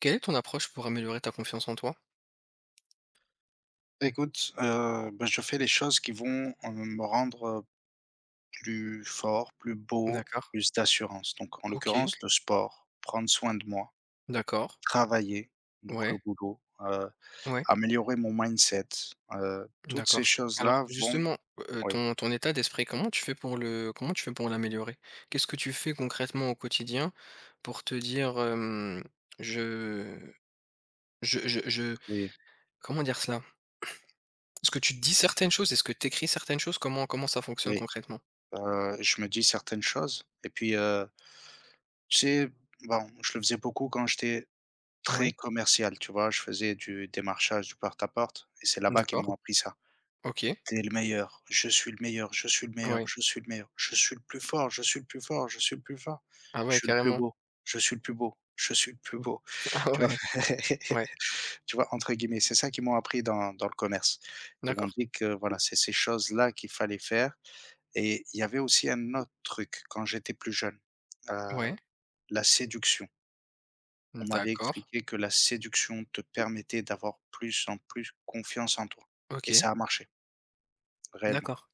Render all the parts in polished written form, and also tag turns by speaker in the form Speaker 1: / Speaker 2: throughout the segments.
Speaker 1: Quelle est ton approche pour améliorer ta confiance en toi?
Speaker 2: Écoute, bah, je fais les choses qui vont, me rendre, plus fort, plus beau,
Speaker 1: D'accord.
Speaker 2: plus d'assurance. Donc en
Speaker 1: OK.
Speaker 2: l'occurrence, le sport, prendre soin de moi,
Speaker 1: D'accord.
Speaker 2: travailler, donc le
Speaker 1: Ouais.
Speaker 2: boulot,
Speaker 1: Ouais.
Speaker 2: améliorer mon mindset, toutes ces
Speaker 1: D'accord. Alors
Speaker 2: choses-là vont.
Speaker 1: justement,
Speaker 2: Oui,
Speaker 1: ton état d'esprit, comment tu fais pour l'améliorer? Qu'est-ce que tu fais concrètement au quotidien pour te dire, hem: «Je je»
Speaker 2: oui,
Speaker 1: comment dire cela? Est-ce que tu te dis certaines choses? Est-ce que tu écris certaines choses? Comment ça fonctionne
Speaker 2: oui.
Speaker 1: concrètement?
Speaker 2: Je me dis certaines choses et puis, tu sais, bon, je le faisais beaucoup quand j'étais très
Speaker 1: Oui.
Speaker 2: commercial, tu vois? Je faisais du démarchage, du porte à porte et c'est là-bas qu'ils
Speaker 1: D'accord.
Speaker 2: m'ont appris ça.
Speaker 1: OK.
Speaker 2: T'es le meilleur, je suis le meilleur, je suis le meilleur,
Speaker 1: Ouais.
Speaker 2: je suis le meilleur, je suis le plus fort, je suis le plus fort, je suis le plus fort,
Speaker 1: Ah
Speaker 2: je
Speaker 1: ouais,
Speaker 2: suis le plus
Speaker 1: carrément.
Speaker 2: beau, je suis le plus beau, je suis le plus beau.
Speaker 1: Ah
Speaker 2: Tu vois?
Speaker 1: ouais. Ouais.
Speaker 2: Tu vois? Entre guillemets, c'est ça qu'ils m'ont appris dans le commerce. Ils m'ont
Speaker 1: D'accord.
Speaker 2: dit que voilà, c'est ces choses-là qu'il fallait faire et il y avait aussi un autre truc quand j'étais plus jeune,
Speaker 1: Ouais.
Speaker 2: heu, la séduction. On m'avait
Speaker 1: D'accord.
Speaker 2: expliqué que la séduction te permettait d'avoir plus en plus confiance en toi et
Speaker 1: OK.
Speaker 2: ça a marché, réellement,
Speaker 1: D'accord.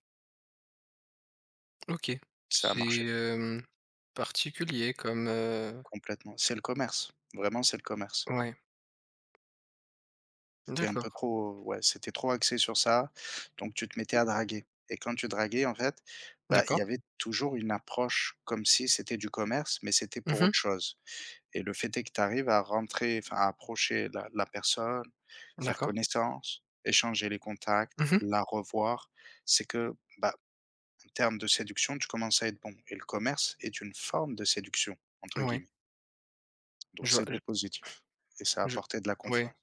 Speaker 1: OK.
Speaker 2: ça a
Speaker 1: C'est,
Speaker 2: marché.
Speaker 1: hem, particulier comme,
Speaker 2: Complètement. C'est le commerce. Vraiment, c'est le commerce.
Speaker 1: ouais,
Speaker 2: C'était un peu
Speaker 1: d'accord.
Speaker 2: trop, ouais, c'était trop axé sur ça, donc tu te mettais à draguer et quand tu draguais, en fait, bah, il y
Speaker 1: D'accord.
Speaker 2: avait toujours une approche comme si c'était du commerce, mais c'était pour
Speaker 1: Mmh.
Speaker 2: autre chose et le fait est que tu arrives à rentrer, enfin, à approcher la personne, faire
Speaker 1: D'accord.
Speaker 2: connaissance, échanger les contacts,
Speaker 1: Mmh.
Speaker 2: la revoir. C'est que, bah, en termes de séduction, tu commences à être bon et le commerce est une forme de séduction, entre
Speaker 1: Ouais.
Speaker 2: guillemets. Donc
Speaker 1: Je vois je
Speaker 2: c'était positif et ça
Speaker 1: je
Speaker 2: apportait de la
Speaker 1: ouais,
Speaker 2: confiance.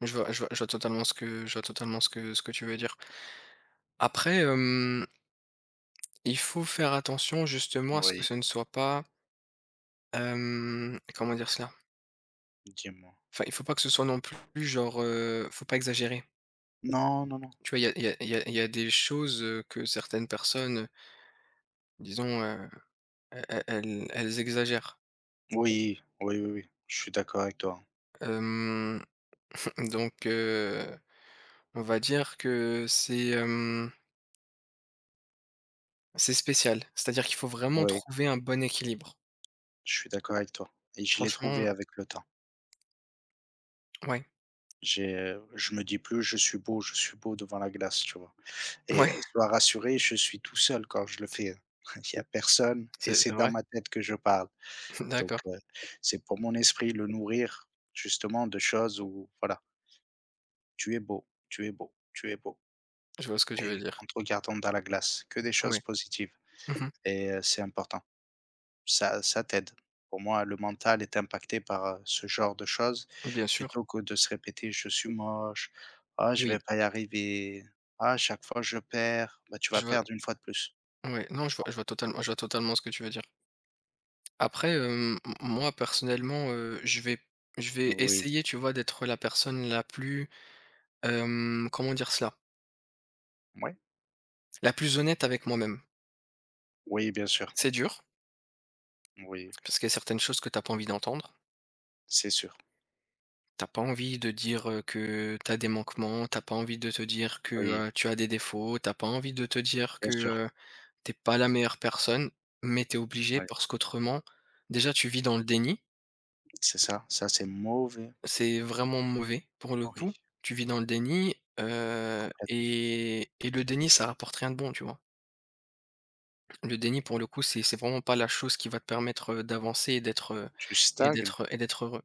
Speaker 1: je vois totalement ce que je vois totalement ce que tu veux dire. Après, il faut faire attention justement à ce que
Speaker 2: Oui,
Speaker 1: ce ne soit pas, comment dire cela?
Speaker 2: dis-moi.
Speaker 1: Enfin, il faut pas que ce soit non plus genre, faut pas exagérer.
Speaker 2: Non, non, non.
Speaker 1: Tu vois? Il y a des choses, que certaines personnes, disons, elles exagèrent.
Speaker 2: Oui, oui, oui, oui, je suis d'accord avec toi.
Speaker 1: Hem Donc, on va dire que c'est spécial. C'est-à-dire qu'il faut vraiment
Speaker 2: Oui,
Speaker 1: trouver un bon équilibre.
Speaker 2: je suis d'accord avec toi et je l'ai trouvé
Speaker 1: Franchement,
Speaker 2: avec le temps.
Speaker 1: ouais,
Speaker 2: Je me dis plus: je suis beau» devant la glace, tu vois? Et
Speaker 1: ouais,
Speaker 2: sois rassuré, je suis tout seul quand je le fais. Il y a personne et
Speaker 1: c'est
Speaker 2: c'est dans
Speaker 1: vrai?
Speaker 2: ma tête que je parle. Donc
Speaker 1: D'accord,
Speaker 2: c'est pour mon esprit, le nourrir justement de choses où voilà: «Tu es beau, tu es beau, tu es beau».
Speaker 1: je vois ce que tu veux
Speaker 2: Et
Speaker 1: dire.
Speaker 2: en te regardant dans la glace, que des choses
Speaker 1: Ouais.
Speaker 2: positives
Speaker 1: Mmh.
Speaker 2: et c'est important. Ça t'aide. Pour moi, le mental est impacté par, ce genre de choses
Speaker 1: Bien sûr.
Speaker 2: plutôt que de se répéter: «Je suis moche, ah je
Speaker 1: Oui,
Speaker 2: vais pas y arriver, ah chaque fois je perds». Bah, tu vas
Speaker 1: je vois
Speaker 2: perdre une fois de plus.
Speaker 1: ouais, non, je vois totalement ce que tu veux dire. Après, hem, m moi personnellement, je vais
Speaker 2: Oui.
Speaker 1: essayer, tu vois, d'être la personne la plus, comment dire cela?
Speaker 2: Oui.
Speaker 1: La plus honnête avec moi-même.
Speaker 2: Oui, bien sûr,
Speaker 1: C'est dur,
Speaker 2: oui,
Speaker 1: parce qu'il y a certaines choses que t'as pas envie d'entendre.
Speaker 2: c'est sûr,
Speaker 1: T'as pas envie de dire, que t'as des manquements, t'as pas envie de te dire que,
Speaker 2: oui,
Speaker 1: tu as des défauts, t'as pas envie de te dire
Speaker 2: bien
Speaker 1: que,
Speaker 2: sûr,
Speaker 1: tu pas la meilleure personne, mais t'es obligé
Speaker 2: oui.
Speaker 1: parce qu'autrement, déjà tu vis dans le déni,
Speaker 2: C'est ça, ça c'est mauvais.
Speaker 1: c'est vraiment mauvais pour le
Speaker 2: Oui,
Speaker 1: coup. Tu vis dans le déni,
Speaker 2: complètement.
Speaker 1: et le déni ça rapporte rien de bon, tu vois? Le déni pour le coup, c'est vraiment pas la chose qui va te permettre, d'avancer et
Speaker 2: Tu stagnes,
Speaker 1: d'être heureux.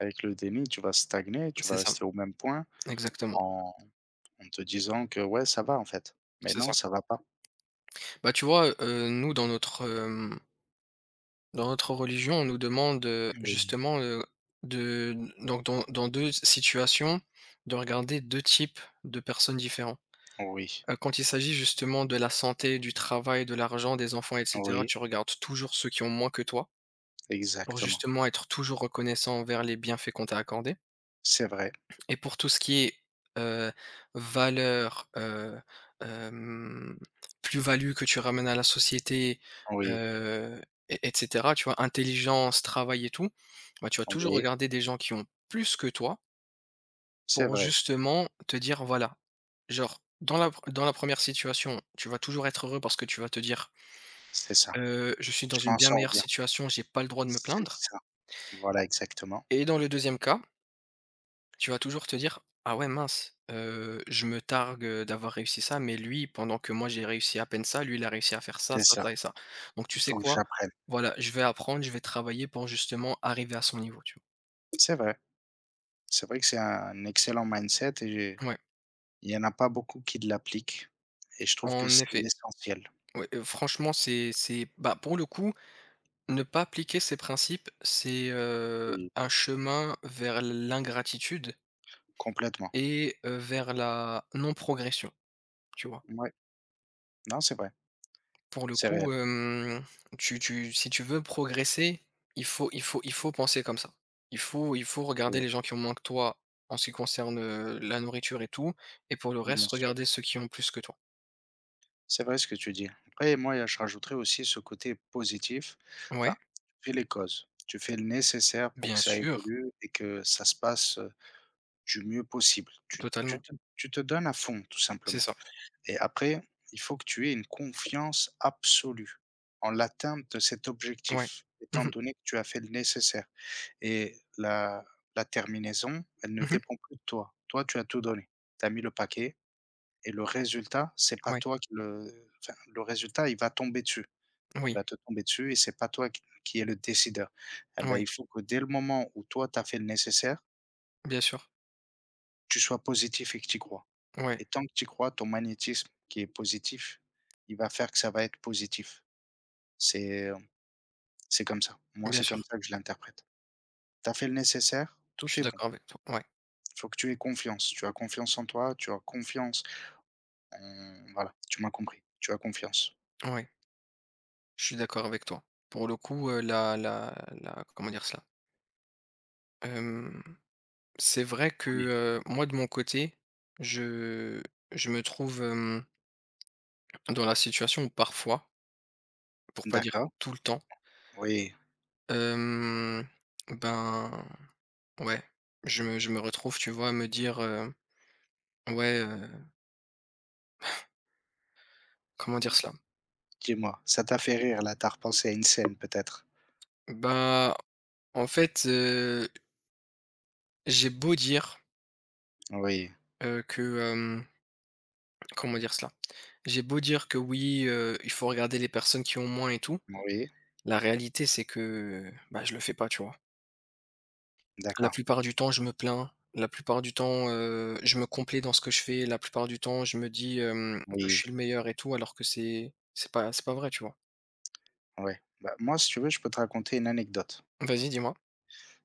Speaker 2: avec le déni, tu vas stagner, tu
Speaker 1: C'est
Speaker 2: vas
Speaker 1: ça,
Speaker 2: rester au même point.
Speaker 1: exactement,
Speaker 2: En en te disant que ouais, ça va en fait. Mais
Speaker 1: c'est ça.
Speaker 2: non, ça va pas.
Speaker 1: Bah, tu vois. Nous dans notre, hem Dans notre religion, on nous demande,
Speaker 2: Oui,
Speaker 1: justement, de donc dans 2 situations, de regarder 2 types de personnes différents.
Speaker 2: oui,
Speaker 1: Quand il s'agit justement de la santé, du travail, de l'argent, des enfants et cetera,
Speaker 2: oui,
Speaker 1: tu regardes toujours ceux qui ont moins que toi, pour
Speaker 2: exactement.
Speaker 1: justement être toujours reconnaissant envers les bienfaits qu'on t'a accordés.
Speaker 2: C'est vrai.
Speaker 1: Et pour tout ce qui est, heu, valeur, hem, plus-value que tu ramènes à la société,
Speaker 2: Oui,
Speaker 1: heu, et tu vois? Intelligence, travail et tout, bah, tu vas toujours
Speaker 2: oui,
Speaker 1: regarder des gens qui ont plus que toi
Speaker 2: c'est
Speaker 1: pour
Speaker 2: vrai.
Speaker 1: justement te dire: «Voilà». Genre dans la première situation, tu vas toujours être heureux parce que tu vas te dire:
Speaker 2: C'est ça.
Speaker 1: «Je suis dans
Speaker 2: Je
Speaker 1: une
Speaker 2: m'en
Speaker 1: bien
Speaker 2: sors
Speaker 1: meilleure
Speaker 2: bien.
Speaker 1: situation, j'ai pas le droit de me
Speaker 2: C'est
Speaker 1: plaindre»
Speaker 2: ça. Voilà, exactement.
Speaker 1: et dans le deuxième cas. Tu vas toujours te dire: «Ah ouais mince, je me targue, d'avoir réussi ça, mais lui pendant que moi j'ai réussi à peine ça, lui il a réussi à faire ça,
Speaker 2: C'est
Speaker 1: ça,
Speaker 2: ça.
Speaker 1: ça et ça. Donc tu
Speaker 2: Il
Speaker 1: sais
Speaker 2: faut que
Speaker 1: quoi?
Speaker 2: j'apprenne.
Speaker 1: Voilà, je vais apprendre, je vais travailler pour justement arriver à son niveau», tu vois?
Speaker 2: C'est vrai. C'est vrai que c'est un excellent mindset et j'ai
Speaker 1: Ouais,
Speaker 2: il y en a pas beaucoup qui l'appliquent et je trouve que
Speaker 1: en
Speaker 2: c'est
Speaker 1: effet.
Speaker 2: l'essentiel.
Speaker 1: Ouais, franchement c'est bah, pour le coup, ne pas appliquer ces principes, c'est,
Speaker 2: Oui,
Speaker 1: un chemin vers l'ingratitude
Speaker 2: complètement.
Speaker 1: et vers la non progression, tu vois?
Speaker 2: Ouais, non, c'est vrai.
Speaker 1: Pour le
Speaker 2: C'est réel.
Speaker 1: coup, hem, tu tu si tu veux progresser, il faut penser comme ça. Il faut regarder
Speaker 2: Oui,
Speaker 1: les gens qui ont moins que toi en ce qui concerne, la nourriture et tout et pour le reste,
Speaker 2: bien sûr.
Speaker 1: regarder ceux qui ont plus que toi.
Speaker 2: C'est vrai ce que tu dis. Après, moi, je rajouterais aussi ce côté positif.
Speaker 1: Ouais,
Speaker 2: Enfin, tu fais les causes. Tu fais le nécessaire pour que
Speaker 1: bien
Speaker 2: ça
Speaker 1: sûr,
Speaker 2: évolue et que ça se passe du mieux possible. Tu, tu
Speaker 1: totalement,
Speaker 2: te, tu te donnes à fond, tout
Speaker 1: c'est
Speaker 2: simplement.
Speaker 1: ça.
Speaker 2: Et après, il faut que tu aies une confiance absolue en l'atteinte de cet
Speaker 1: Ouais.
Speaker 2: objectif,
Speaker 1: Mmh
Speaker 2: étant
Speaker 1: mh.
Speaker 2: donné que tu as fait le nécessaire. Et la terminaison, elle ne
Speaker 1: Mmh.
Speaker 2: dépend plus de toi. Toi, tu as tout donné. Tu as mis le paquet et le résultat, c'est pas
Speaker 1: Ouais.
Speaker 2: toi qui le enfin, le résultat, il va tomber dessus. Il
Speaker 1: Oui,
Speaker 2: va te tomber dessus et c'est pas toi qui est le décideur. Et bah,
Speaker 1: oui,
Speaker 2: il faut que dès le moment où toi, tu as fait le nécessaire,
Speaker 1: bien sûr.
Speaker 2: tu sois positif et que tu y crois.
Speaker 1: Ouais,
Speaker 2: Et tant que tu y crois, ton magnétisme qui est positif, il va faire que ça va être positif. C'est, c'est comme ça. Moi,
Speaker 1: bien
Speaker 2: c'est
Speaker 1: sûr.
Speaker 2: comme ça que je l'interprète. Tu as fait le nécessaire,
Speaker 1: Je
Speaker 2: tout
Speaker 1: suis
Speaker 2: est bon.
Speaker 1: d'accord avec toi. Ouais,
Speaker 2: Il faut que tu aies confiance. Tu as confiance en toi, tu as confiance en voilà, tu m'as compris. Tu as confiance.
Speaker 1: ouais, je suis d'accord avec toi. Pour le coup, la comment dire cela? C'est vrai que,
Speaker 2: Oui.
Speaker 1: moi de mon côté, je je me trouve, dans la situation où parfois, pour pas dire
Speaker 2: D'accord.
Speaker 1: tout le temps,
Speaker 2: Oui.
Speaker 1: hem, ben, ouais, je me retrouve, tu vois, à me dire, ouais, comment dire cela?
Speaker 2: Dis-moi, ça t'a fait rire là, t'as repensé à une scène peut-être?
Speaker 1: Bah, en fait, j'ai beau dire,
Speaker 2: Oui,
Speaker 1: que, comment dire cela? J'ai beau dire que oui, il faut regarder les personnes qui ont moins et tout,
Speaker 2: oui,
Speaker 1: la réalité c'est que, bah, je le fais pas, tu vois? La
Speaker 2: d'accord,
Speaker 1: plupart du temps, je me plains. La plupart du temps, je me complais dans ce que je fais. La plupart du temps, je me dis, que je
Speaker 2: oui,
Speaker 1: suis le meilleur et tout alors que c'est pas vrai, tu vois?
Speaker 2: ouais. Bah, moi, si tu veux, je peux te raconter une anecdote.
Speaker 1: Vas-y, dis-moi.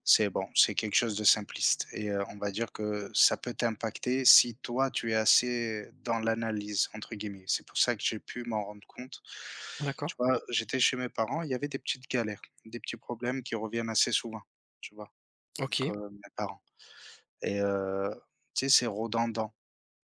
Speaker 2: C'est bon, c'est quelque chose de simpliste et on va dire que ça peut t'impacter si toi, tu es assez dans «l'analyse» entre guillemets. C'est pour ça que j'ai pu m'en rendre compte.
Speaker 1: D'accord.
Speaker 2: Tu vois, j'étais chez mes parents, il y avait des petites galères, des petits problèmes qui reviennent assez souvent, tu vois? Entre
Speaker 1: OK.
Speaker 2: mes parents et tu sais, c'est redondant.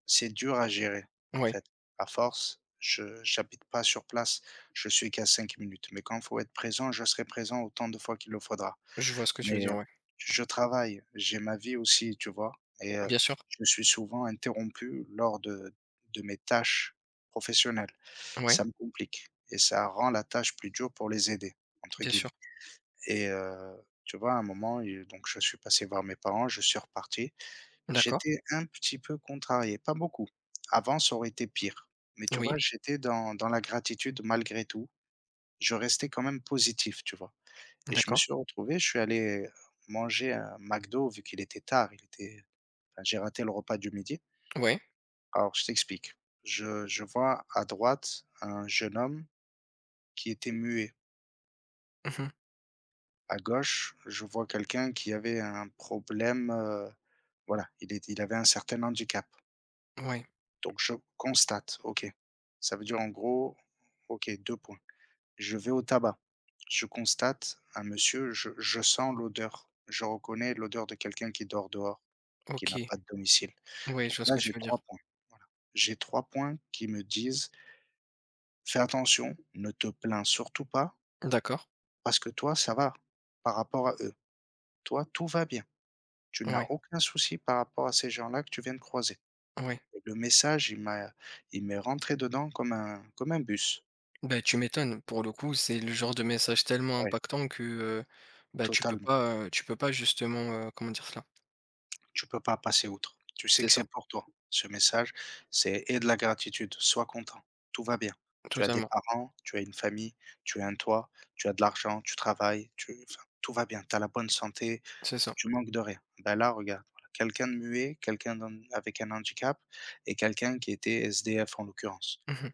Speaker 2: C'est dur à gérer, en
Speaker 1: Ouais,
Speaker 2: fait. À force, je j'habite pas sur place, je suis qu'à 5 minutes, mais quand il faut être présent, je serai présent autant de fois qu'il le faudra.
Speaker 1: je vois ce que tu veux
Speaker 2: Mais
Speaker 1: dire, ouais.
Speaker 2: je travaille, j'ai ma vie aussi, tu vois? Et
Speaker 1: Bien sûr.
Speaker 2: je suis souvent interrompu lors de mes tâches professionnelles.
Speaker 1: Ouais,
Speaker 2: Ça me complique et ça rend la tâche plus dure pour «les aider» entre
Speaker 1: bien sûr.
Speaker 2: guillemets et tu vois, à un moment et donc je suis passé voir mes parents, je suis reparti.
Speaker 1: D'accord.
Speaker 2: J'étais un petit peu contrarié, pas beaucoup. Avant, ça aurait été pire. Mais tu vois,
Speaker 1: Oui.
Speaker 2: j'étais dans la gratitude malgré tout. Je restais quand même positif, tu vois? Et je me
Speaker 1: D'accord.
Speaker 2: suis retrouvé, je suis allé manger un McDo vu qu'il était tard, il était enfin, j'ai raté le repas du midi.
Speaker 1: Ouais.
Speaker 2: Alors je t'explique. Je vois à droite un jeune homme qui était muet.
Speaker 1: Mmh.
Speaker 2: À gauche, je vois quelqu'un qui avait un problème, voilà, il avait un certain handicap.
Speaker 1: Ouais.
Speaker 2: Donc je constate, OK. Ça veut dire en gros OK, 2 points. Je vais au tabac, je constate un monsieur, je sens l'odeur, je reconnais l'odeur de quelqu'un qui dort dehors, qui n'a
Speaker 1: OK.
Speaker 2: pas de domicile.
Speaker 1: Ouais, je
Speaker 2: Donc
Speaker 1: vois ce
Speaker 2: là,
Speaker 1: que tu
Speaker 2: j'ai
Speaker 1: veux
Speaker 2: 3
Speaker 1: dire.
Speaker 2: points, voilà. J'ai 3 points qui me disent: «Fais attention, ne te plains surtout pas,
Speaker 1: D'accord.
Speaker 2: parce que toi, ça va par rapport à eux. Toi, tout va bien. Tu n'as
Speaker 1: Ouais,
Speaker 2: aucun souci par rapport à ces gens-là que tu viens de croiser».
Speaker 1: ouais.
Speaker 2: Et le message, il m'est rentré dedans comme un bus.
Speaker 1: Bah, tu m'étonnes. Pour le coup, c'est le genre de message tellement
Speaker 2: Ouais,
Speaker 1: impactant que, bah,
Speaker 2: totalement.
Speaker 1: tu peux pas justement, comment dire cela?
Speaker 2: Tu peux pas passer outre. Tu sais
Speaker 1: C'est
Speaker 2: que
Speaker 1: ça,
Speaker 2: c'est pour toi. Ce message, c'est et de la gratitude, sois content, tout va bien. Tu as des
Speaker 1: totalement.
Speaker 2: parents, tu as une famille, tu as un toit, tu as de l'argent, tu travailles, enfin, tout va bien, tu as la bonne santé,
Speaker 1: C'est ça.
Speaker 2: tu manques de rien. Ben là, regarde, voilà, quelqu'un de muet, quelqu'un avec un handicap et quelqu'un qui était SDF en l'occurrence.
Speaker 1: Mmh mh.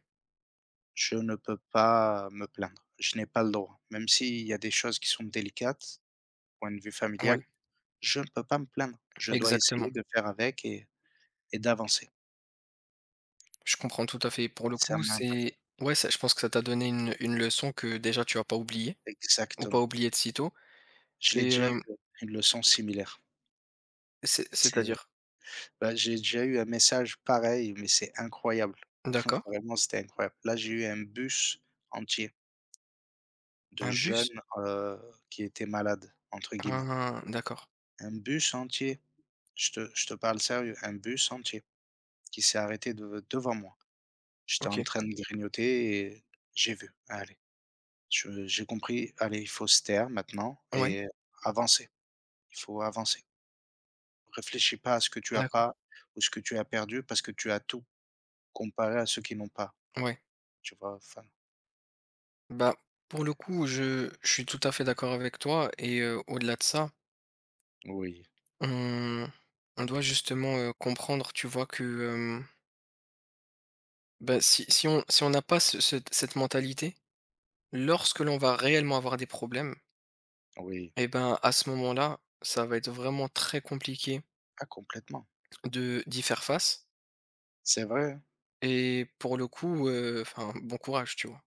Speaker 2: Je ne peux pas me plaindre, je n'ai pas le droit. Même s'il y a des choses qui sont délicates, point de vue
Speaker 1: Ouais,
Speaker 2: familial, je ne peux pas me plaindre. Je dois essayer
Speaker 1: exactement.
Speaker 2: de faire avec et d'avancer.
Speaker 1: Je comprends tout à fait. Pour le
Speaker 2: Ça
Speaker 1: coup,
Speaker 2: m'a impacté.
Speaker 1: c'est ouais, ça je pense que ça t'a donné une leçon que déjà tu vas pas oublier ou pas
Speaker 2: Exactement.
Speaker 1: oublier de sitôt
Speaker 2: Je l'ai
Speaker 1: et
Speaker 2: déjà eu, une leçon similaire. C'est
Speaker 1: c'est-à-dire?
Speaker 2: bah, j'ai déjà eu un message pareil, mais c'est incroyable.
Speaker 1: D'accord.
Speaker 2: Vraiment, c'était incroyable. Là, j'ai eu un bus entier de
Speaker 1: Un bus?
Speaker 2: jeunes, heu, qui étaient «malades» entre guillemets.
Speaker 1: Un d'accord.
Speaker 2: Un bus entier, je te parle sérieux, un bus entier qui s'est arrêté de devant moi. J'étais en
Speaker 1: OK.
Speaker 2: train de grignoter et j'ai vu. Allez. Je j'ai compris, allez, il faut se taire maintenant
Speaker 1: Ouais,
Speaker 2: et avancer. Il faut avancer. Réfléchis pas à ce que tu as
Speaker 1: d'accord.
Speaker 2: pas ou ce que tu as perdu parce que tu as tout comparé à ceux qui n'ont pas,
Speaker 1: Ouais.
Speaker 2: tu vois? Enfin,
Speaker 1: Bah, pour
Speaker 2: il
Speaker 1: le coup, je suis tout à fait d'accord avec toi et au-delà de ça,
Speaker 2: oui,
Speaker 1: on on doit justement, comprendre, tu vois, que, hem, bah, si on n'a pas ce cette cette mentalité, lorsque l'on va réellement avoir des problèmes.
Speaker 2: oui.
Speaker 1: Et ben, à ce moment-là, ça va être vraiment très compliqué
Speaker 2: Ah complètement.
Speaker 1: de d'y faire face
Speaker 2: C'est vrai, hein,
Speaker 1: et pour le coup, enfin, bon courage, tu vois?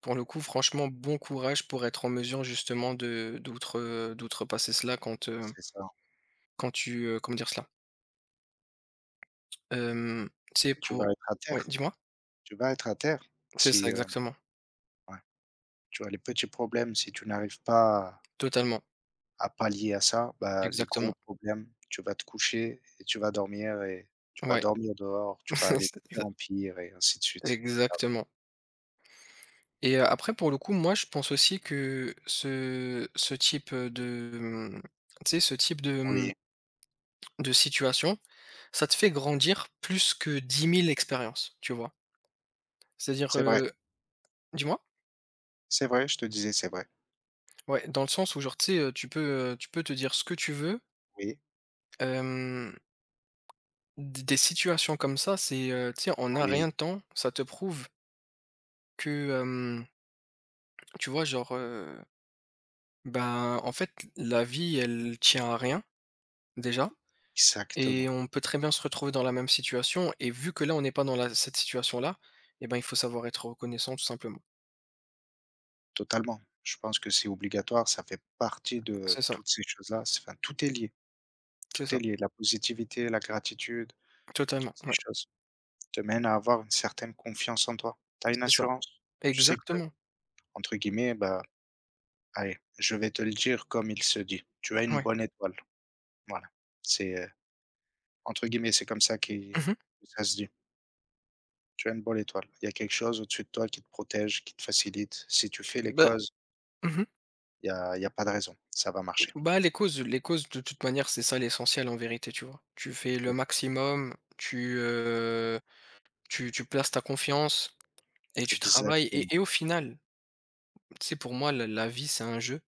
Speaker 1: Pour le coup, franchement, bon courage pour être en mesure justement de d'outrepasser cela quand, heu,
Speaker 2: c'est ça.
Speaker 1: quand tu, comment dire cela? Hem, tu
Speaker 2: Tu
Speaker 1: pour
Speaker 2: vas être à
Speaker 1: ouais,
Speaker 2: terre,
Speaker 1: dis-moi?
Speaker 2: tu vas être à terre
Speaker 1: C'est ça,
Speaker 2: si,
Speaker 1: exactement,
Speaker 2: ouais, tu as les petits problèmes, si tu n'arrives pas
Speaker 1: totalement,
Speaker 2: à pallier à ça, bah, les gros
Speaker 1: exactement,
Speaker 2: problèmes, tu vas te coucher et tu vas dormir et tu vas
Speaker 1: ouais,
Speaker 2: dormir dehors, tu vas
Speaker 1: c'est
Speaker 2: aller de
Speaker 1: ça,
Speaker 2: pire en pire et ainsi de suite. Ça
Speaker 1: exactement et après pour le coup, moi, je pense aussi que ce type, tu sais, ce type de, mmh
Speaker 2: oui,
Speaker 1: de situation, ça te fait grandir plus que 10 000 expériences, tu vois? C'est-à-dire,
Speaker 2: c'est vrai,
Speaker 1: dis-moi?
Speaker 2: c'est vrai, je te disais, c'est vrai.
Speaker 1: Ouais, dans le sens où genre tu sais, tu peux te dire ce que tu veux,
Speaker 2: Oui,
Speaker 1: hem, d des situations comme ça, c'est, tu sais, en un
Speaker 2: oui,
Speaker 1: rien de temps, ça te prouve que, tu vois genre, ben, en fait, la vie elle tient à rien, déjà et
Speaker 2: exactement,
Speaker 1: on peut très bien se retrouver dans la même situation et vu que là, on n'est pas dans la cette situation-là, et ben, il faut savoir être reconnaissant tout simplement.
Speaker 2: totalement. Je pense que c'est obligatoire, ça fait partie de
Speaker 1: C'est ça,
Speaker 2: toutes ces choses-là. C'est enfin, tout est lié,
Speaker 1: c'est
Speaker 2: tout est
Speaker 1: ça,
Speaker 2: lié. La positivité, la gratitude,
Speaker 1: totalement,
Speaker 2: toutes ces
Speaker 1: ouais.
Speaker 2: choses te mènent à avoir une certaine confiance en toi. Tu as une
Speaker 1: C'est ça,
Speaker 2: assurance. Tu sais que,
Speaker 1: exactement,
Speaker 2: entre guillemets, bah, allez, je vais te le dire comme il se dit. Tu as une
Speaker 1: ouais.
Speaker 2: bonne étoile. Voilà. C'est, entre guillemets, c'est comme ça qu'il
Speaker 1: Mmh.
Speaker 2: que ça se dit. Tu as une bonne étoile. Il y a quelque chose au-dessus de toi qui te protège, qui te facilite. Si tu fais les
Speaker 1: Bah
Speaker 2: causes,
Speaker 1: mmh
Speaker 2: il y a pas de raison, ça va marcher.
Speaker 1: Bah, les causes de toute manière, c'est ça l'essentiel en vérité, tu vois? Tu fais le
Speaker 2: Exactement,
Speaker 1: maximum, tu places ta confiance et tu travailles et
Speaker 2: exactement.
Speaker 1: et au final, tu sais, pour moi, la vie, c'est un jeu,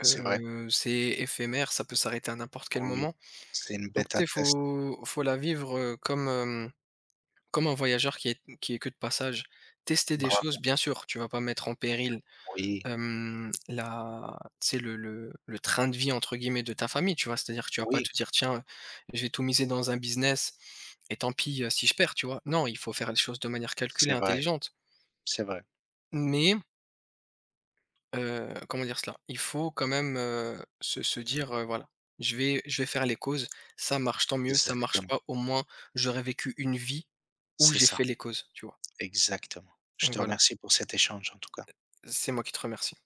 Speaker 2: C'est vrai,
Speaker 1: c'est éphémère, ça peut s'arrêter à n'importe quel
Speaker 2: oui.
Speaker 1: moment.
Speaker 2: C'est une
Speaker 1: Donc
Speaker 2: bêta
Speaker 1: tu sais,
Speaker 2: test.
Speaker 1: faut la vivre, comme, comme un voyageur qui est que de passage. Tester des choses,
Speaker 2: Bravo,
Speaker 1: bien sûr, tu vas pas mettre en péril.
Speaker 2: oui,
Speaker 1: Hem, la tu sais le «train de vie» entre guillemets de ta famille, tu vois? C'est-à-dire que tu vas pas
Speaker 2: oui,
Speaker 1: te dire: «Tiens, je vais tout miser dans un business et tant pis, si je perds», tu vois? Non, il faut faire les choses de manière calculée,
Speaker 2: c'est vrai,
Speaker 1: intelligente.
Speaker 2: c'est vrai.
Speaker 1: Mais, comment dire cela? Il faut quand même, se dire: «Voilà, je vais faire les causes, ça marche tant mieux, ça marche
Speaker 2: Exactement,
Speaker 1: pas, au moins j'aurais vécu une vie où
Speaker 2: c'est
Speaker 1: j'ai
Speaker 2: ça,
Speaker 1: fait les causes», tu vois?
Speaker 2: exactement. Je
Speaker 1: Donc
Speaker 2: te
Speaker 1: voilà,
Speaker 2: remercie pour cet échange en tout cas.
Speaker 1: c'est moi qui te remercie.